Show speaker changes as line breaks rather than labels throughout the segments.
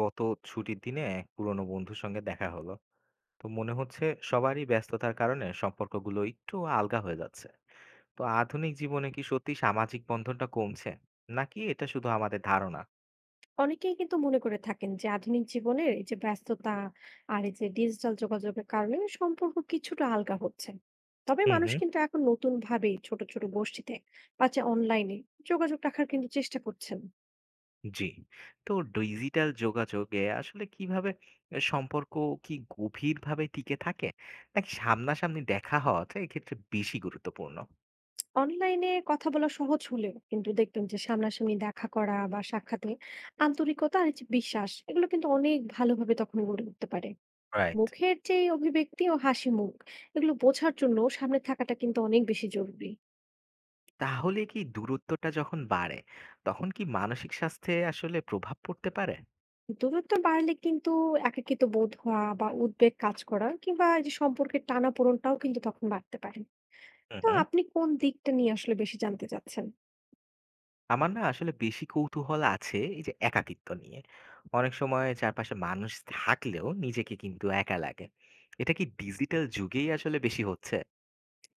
গত ছুটির দিনে এক পুরনো বন্ধুর সঙ্গে দেখা হলো। তো মনে হচ্ছে সবারই ব্যস্ততার কারণে সম্পর্কগুলো একটু আলগা হয়ে যাচ্ছে। তো আধুনিক জীবনে কি সত্যি সামাজিক বন্ধনটা কমছে, নাকি এটা শুধু আমাদের ধারণা?
অনেকেই কিন্তু মনে করে থাকেন যে আধুনিক জীবনের এই যে ব্যস্ততা আর এই যে ডিজিটাল যোগাযোগের কারণে সম্পর্ক কিছুটা আলগা হচ্ছে। তবে
হুম,
মানুষ
হুম।
কিন্তু এখন নতুন ভাবে ছোট ছোট গোষ্ঠীতে বা যে অনলাইনে যোগাযোগ রাখার কিন্তু চেষ্টা করছেন।
জি। তো ডিজিটাল যোগাযোগে আসলে কিভাবে সম্পর্ক কি গভীরভাবে টিকে থাকে, নাকি সামনাসামনি দেখা হওয়াটা এক্ষেত্রে বেশি গুরুত্বপূর্ণ?
অনলাইনে কথা বলা সহজ হলেও কিন্তু দেখবেন যে সামনাসামনি দেখা করা বা সাক্ষাতে আন্তরিকতা আর এই যে বিশ্বাস এগুলো কিন্তু অনেক ভালোভাবে তখন গড়ে উঠতে পারে।
রাইট।
মুখের যে অভিব্যক্তি ও হাসি মুখ এগুলো বোঝার জন্য সামনে থাকাটা কিন্তু অনেক বেশি জরুরি।
তাহলে কি দূরত্বটা যখন বাড়ে, তখন কি মানসিক স্বাস্থ্যে আসলে প্রভাব পড়তে পারে?
দূরত্ব বাড়লে কিন্তু একাকিত্ব বোধ হওয়া বা উদ্বেগ কাজ করা কিংবা এই যে সম্পর্কের টানাপোড়েনটাও কিন্তু তখন বাড়তে পারে।
হুম,
তো
হুম।
আপনি কোন দিকটা নিয়ে আসলে বেশি জানতে চাচ্ছেন?
আমার না আসলে বেশি কৌতূহল আছে এই যে একাকিত্ব নিয়ে। অনেক সময় চারপাশে মানুষ থাকলেও নিজেকে কিন্তু একা লাগে। এটা কি ডিজিটাল যুগেই আসলে বেশি হচ্ছে?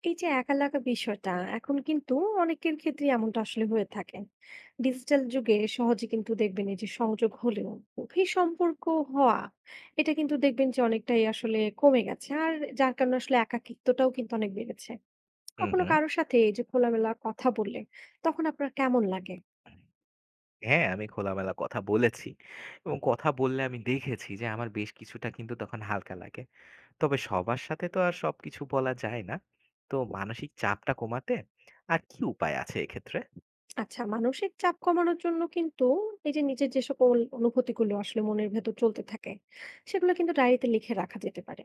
এই যে একা লাগা বিষয়টা এখন কিন্তু অনেকের ক্ষেত্রে এমনটা আসলে হয়ে থাকে। ডিজিটাল যুগে সহজে কিন্তু দেখবেন এই যে সংযোগ হলেও গভীর সম্পর্ক হওয়া এটা কিন্তু দেখবেন যে অনেকটাই আসলে কমে গেছে, আর যার কারণে আসলে একাকিত্বটাও কিন্তু অনেক বেড়েছে।
হুম,
কখনো
হুম।
কারোর সাথে এই যে খোলামেলা কথা বললে তখন আপনার কেমন লাগে?
হ্যাঁ, আমি খোলামেলা কথা বলেছি এবং কথা বললে আমি দেখেছি যে আমার বেশ কিছুটা কিন্তু তখন হালকা লাগে। তবে সবার সাথে তো আর সবকিছু বলা যায় না। তো মানসিক চাপটা কমাতে আর কি উপায় আছে এক্ষেত্রে?
আচ্ছা, মানসিক চাপ কমানোর জন্য কিন্তু এই যে নিজের যে সকল অনুভূতিগুলো আসলে মনের ভেতর চলতে থাকে সেগুলো কিন্তু ডায়েরিতে লিখে রাখা যেতে পারে।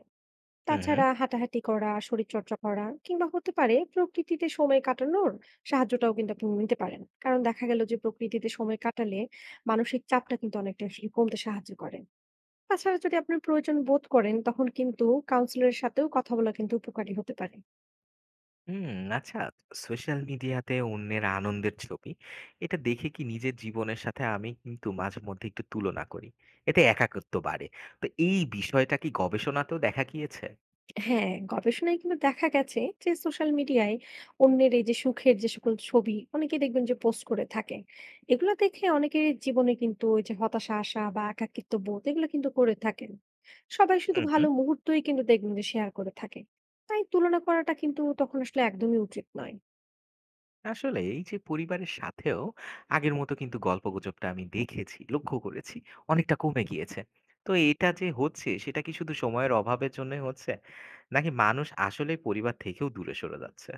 হুম, হুম।
তাছাড়া হাঁটাহাঁটি করা, শরীর চর্চা করা কিংবা হতে পারে প্রকৃতিতে সময় কাটানোর সাহায্যটাও কিন্তু আপনি নিতে পারেন, কারণ দেখা গেল যে প্রকৃতিতে সময় কাটালে মানসিক চাপটা কিন্তু অনেকটা আসলে কমতে সাহায্য করে। তাছাড়া যদি আপনি প্রয়োজন বোধ করেন তখন কিন্তু কাউন্সিলরের সাথেও কথা বলা কিন্তু উপকারী হতে পারে।
হুম, আচ্ছা, সোশ্যাল মিডিয়াতে অন্যের আনন্দের ছবি এটা দেখে কি নিজের জীবনের সাথে আমি কিন্তু মাঝে মধ্যে একটু তুলনা করি, এতে একাকিত্ব বাড়ে। তো এই বিষয়টা কি গবেষণাতেও দেখা গিয়েছে?
হ্যাঁ, গবেষণায় কিন্তু দেখা গেছে যে সোশ্যাল মিডিয়ায় অন্যের এই যে সুখের যে সকল ছবি অনেকে দেখবেন যে পোস্ট করে থাকে, এগুলো দেখে অনেকের জীবনে কিন্তু ওই যে হতাশা আসা বা একাকিত্ব বোধ এগুলো কিন্তু করে থাকেন। সবাই শুধু
হুম, হুম।
ভালো মুহূর্তই কিন্তু দেখবেন যে শেয়ার করে থাকে, তাই তুলনা করাটা কিন্তু তখন আসলে একদমই উচিত নয়।
আসলে এই যে পরিবারের সাথেও আগের মতো কিন্তু গল্পগুজবটা আমি দেখেছি, লক্ষ্য করেছি অনেকটা কমে গিয়েছে। তো এটা যে হচ্ছে সেটা কি শুধু সময়ের অভাবের জন্য হচ্ছে, নাকি মানুষ আসলে পরিবার থেকেও দূরে সরে যাচ্ছে?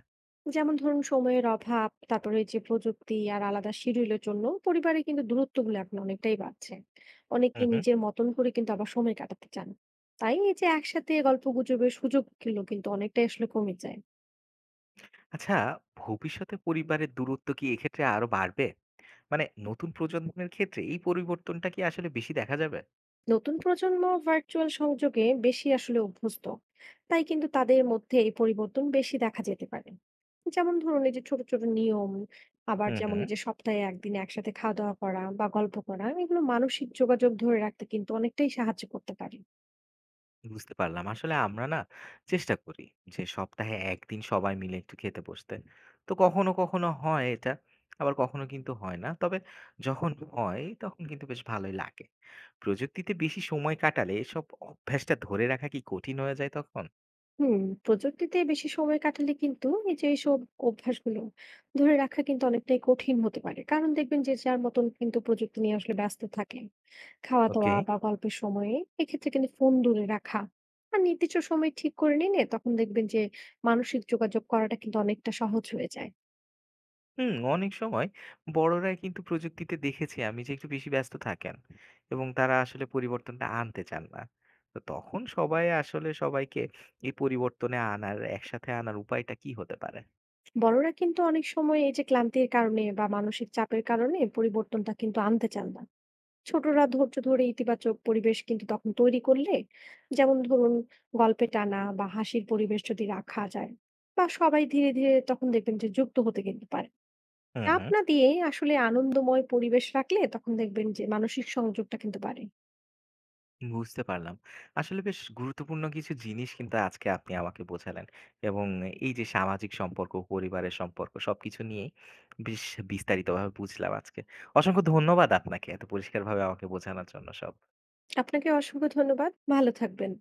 যেমন ধরুন সময়ের অভাব, তারপরে এই যে প্রযুক্তি আর আলাদা শিডিউলের জন্য পরিবারে কিন্তু দূরত্বগুলো এখন অনেকটাই বাড়ছে।
হুম,
অনেকেই
হুম।
নিজের মতন করে কিন্তু আবার সময় কাটাতে চান, তাই এই যে একসাথে গল্প গুজবের সুযোগগুলো কিন্তু অনেকটাই আসলে কমে যায়।
আচ্ছা, ভবিষ্যতে পরিবারের দূরত্ব কি এক্ষেত্রে আরো বাড়বে? মানে নতুন প্রজন্মের ক্ষেত্রে এই পরিবর্তনটা কি আসলে বেশি দেখা যাবে?
নতুন প্রজন্ম ভার্চুয়াল সংযোগে বেশি আসলে অভ্যস্ত, তাই কিন্তু তাদের মধ্যে এই পরিবর্তন বেশি দেখা যেতে পারে। যেমন ধরুন এই যে ছোট ছোট নিয়ম, আবার
হুম,
যেমন
হুম।
এই যে সপ্তাহে একদিন একসাথে খাওয়া দাওয়া করা বা গল্প করা এগুলো মানসিক যোগাযোগ ধরে রাখতে কিন্তু অনেকটাই সাহায্য করতে পারে।
বুঝতে পারলাম। আসলে আমরা না চেষ্টা করি যে সপ্তাহে ১ দিন সবাই মিলে একটু খেতে বসতে। তো কখনো, কখনো হয় এটা। আবার কখনো কিন্তু হয় না। তবে যখন হয় তখন কিন্তু বেশ ভালোই লাগে। প্রযুক্তিতে বেশি সময় কাটালে এসব অভ্যাসটা ধরে রাখা কি কঠিন হয়ে যায় তখন?
হুম, প্রযুক্তিতে বেশি সময় কাটালে কিন্তু এই যে এইসব অভ্যাসগুলো ধরে রাখা কিন্তু অনেকটাই কঠিন হতে পারে, কারণ দেখবেন যে যার মতন কিন্তু প্রযুক্তি নিয়ে আসলে ব্যস্ত থাকে খাওয়া
ওকে।
দাওয়া বা গল্পের সময়ে। এক্ষেত্রে কিন্তু ফোন দূরে রাখা আর নির্দিষ্ট সময় ঠিক করে নিলে তখন দেখবেন যে মানসিক যোগাযোগ করাটা কিন্তু অনেকটা সহজ হয়ে যায়।
হুম, অনেক সময় বড়রাই কিন্তু প্রযুক্তিতে দেখেছি আমি যে একটু বেশি ব্যস্ত থাকেন এবং তারা আসলে পরিবর্তনটা আনতে চান না। তো তখন সবাই আসলে সবাইকে এই পরিবর্তনে আনার, একসাথে আনার উপায়টা কি হতে পারে?
বড়রা কিন্তু অনেক সময় এই যে ক্লান্তির কারণে বা মানসিক চাপের কারণে পরিবর্তনটা কিন্তু আনতে চান না। ছোটরা ধৈর্য ধরে ইতিবাচক পরিবেশ কিন্তু তখন তৈরি করলে, যেমন ধরুন গল্পে টানা বা হাসির পরিবেশ যদি রাখা যায়, বা সবাই ধীরে ধীরে তখন দেখবেন যে যুক্ত হতে কিন্তু পারে।
হুম,
চাপ
হুম।
না দিয়ে আসলে আনন্দময় পরিবেশ রাখলে তখন দেখবেন যে মানসিক সংযোগটা কিন্তু বাড়ে।
বুঝতে পারলাম। আসলে বেশ গুরুত্বপূর্ণ কিছু জিনিস কিন্তু আজকে আপনি আমাকে বোঝালেন এবং এই যে সামাজিক সম্পর্ক, পরিবারের সম্পর্ক সবকিছু নিয়েই বেশ বিস্তারিতভাবে বুঝলাম আজকে। অসংখ্য ধন্যবাদ আপনাকে এত পরিষ্কারভাবে আমাকে বোঝানোর জন্য সব।
আপনাকে অসংখ্য ধন্যবাদ, ভালো থাকবেন।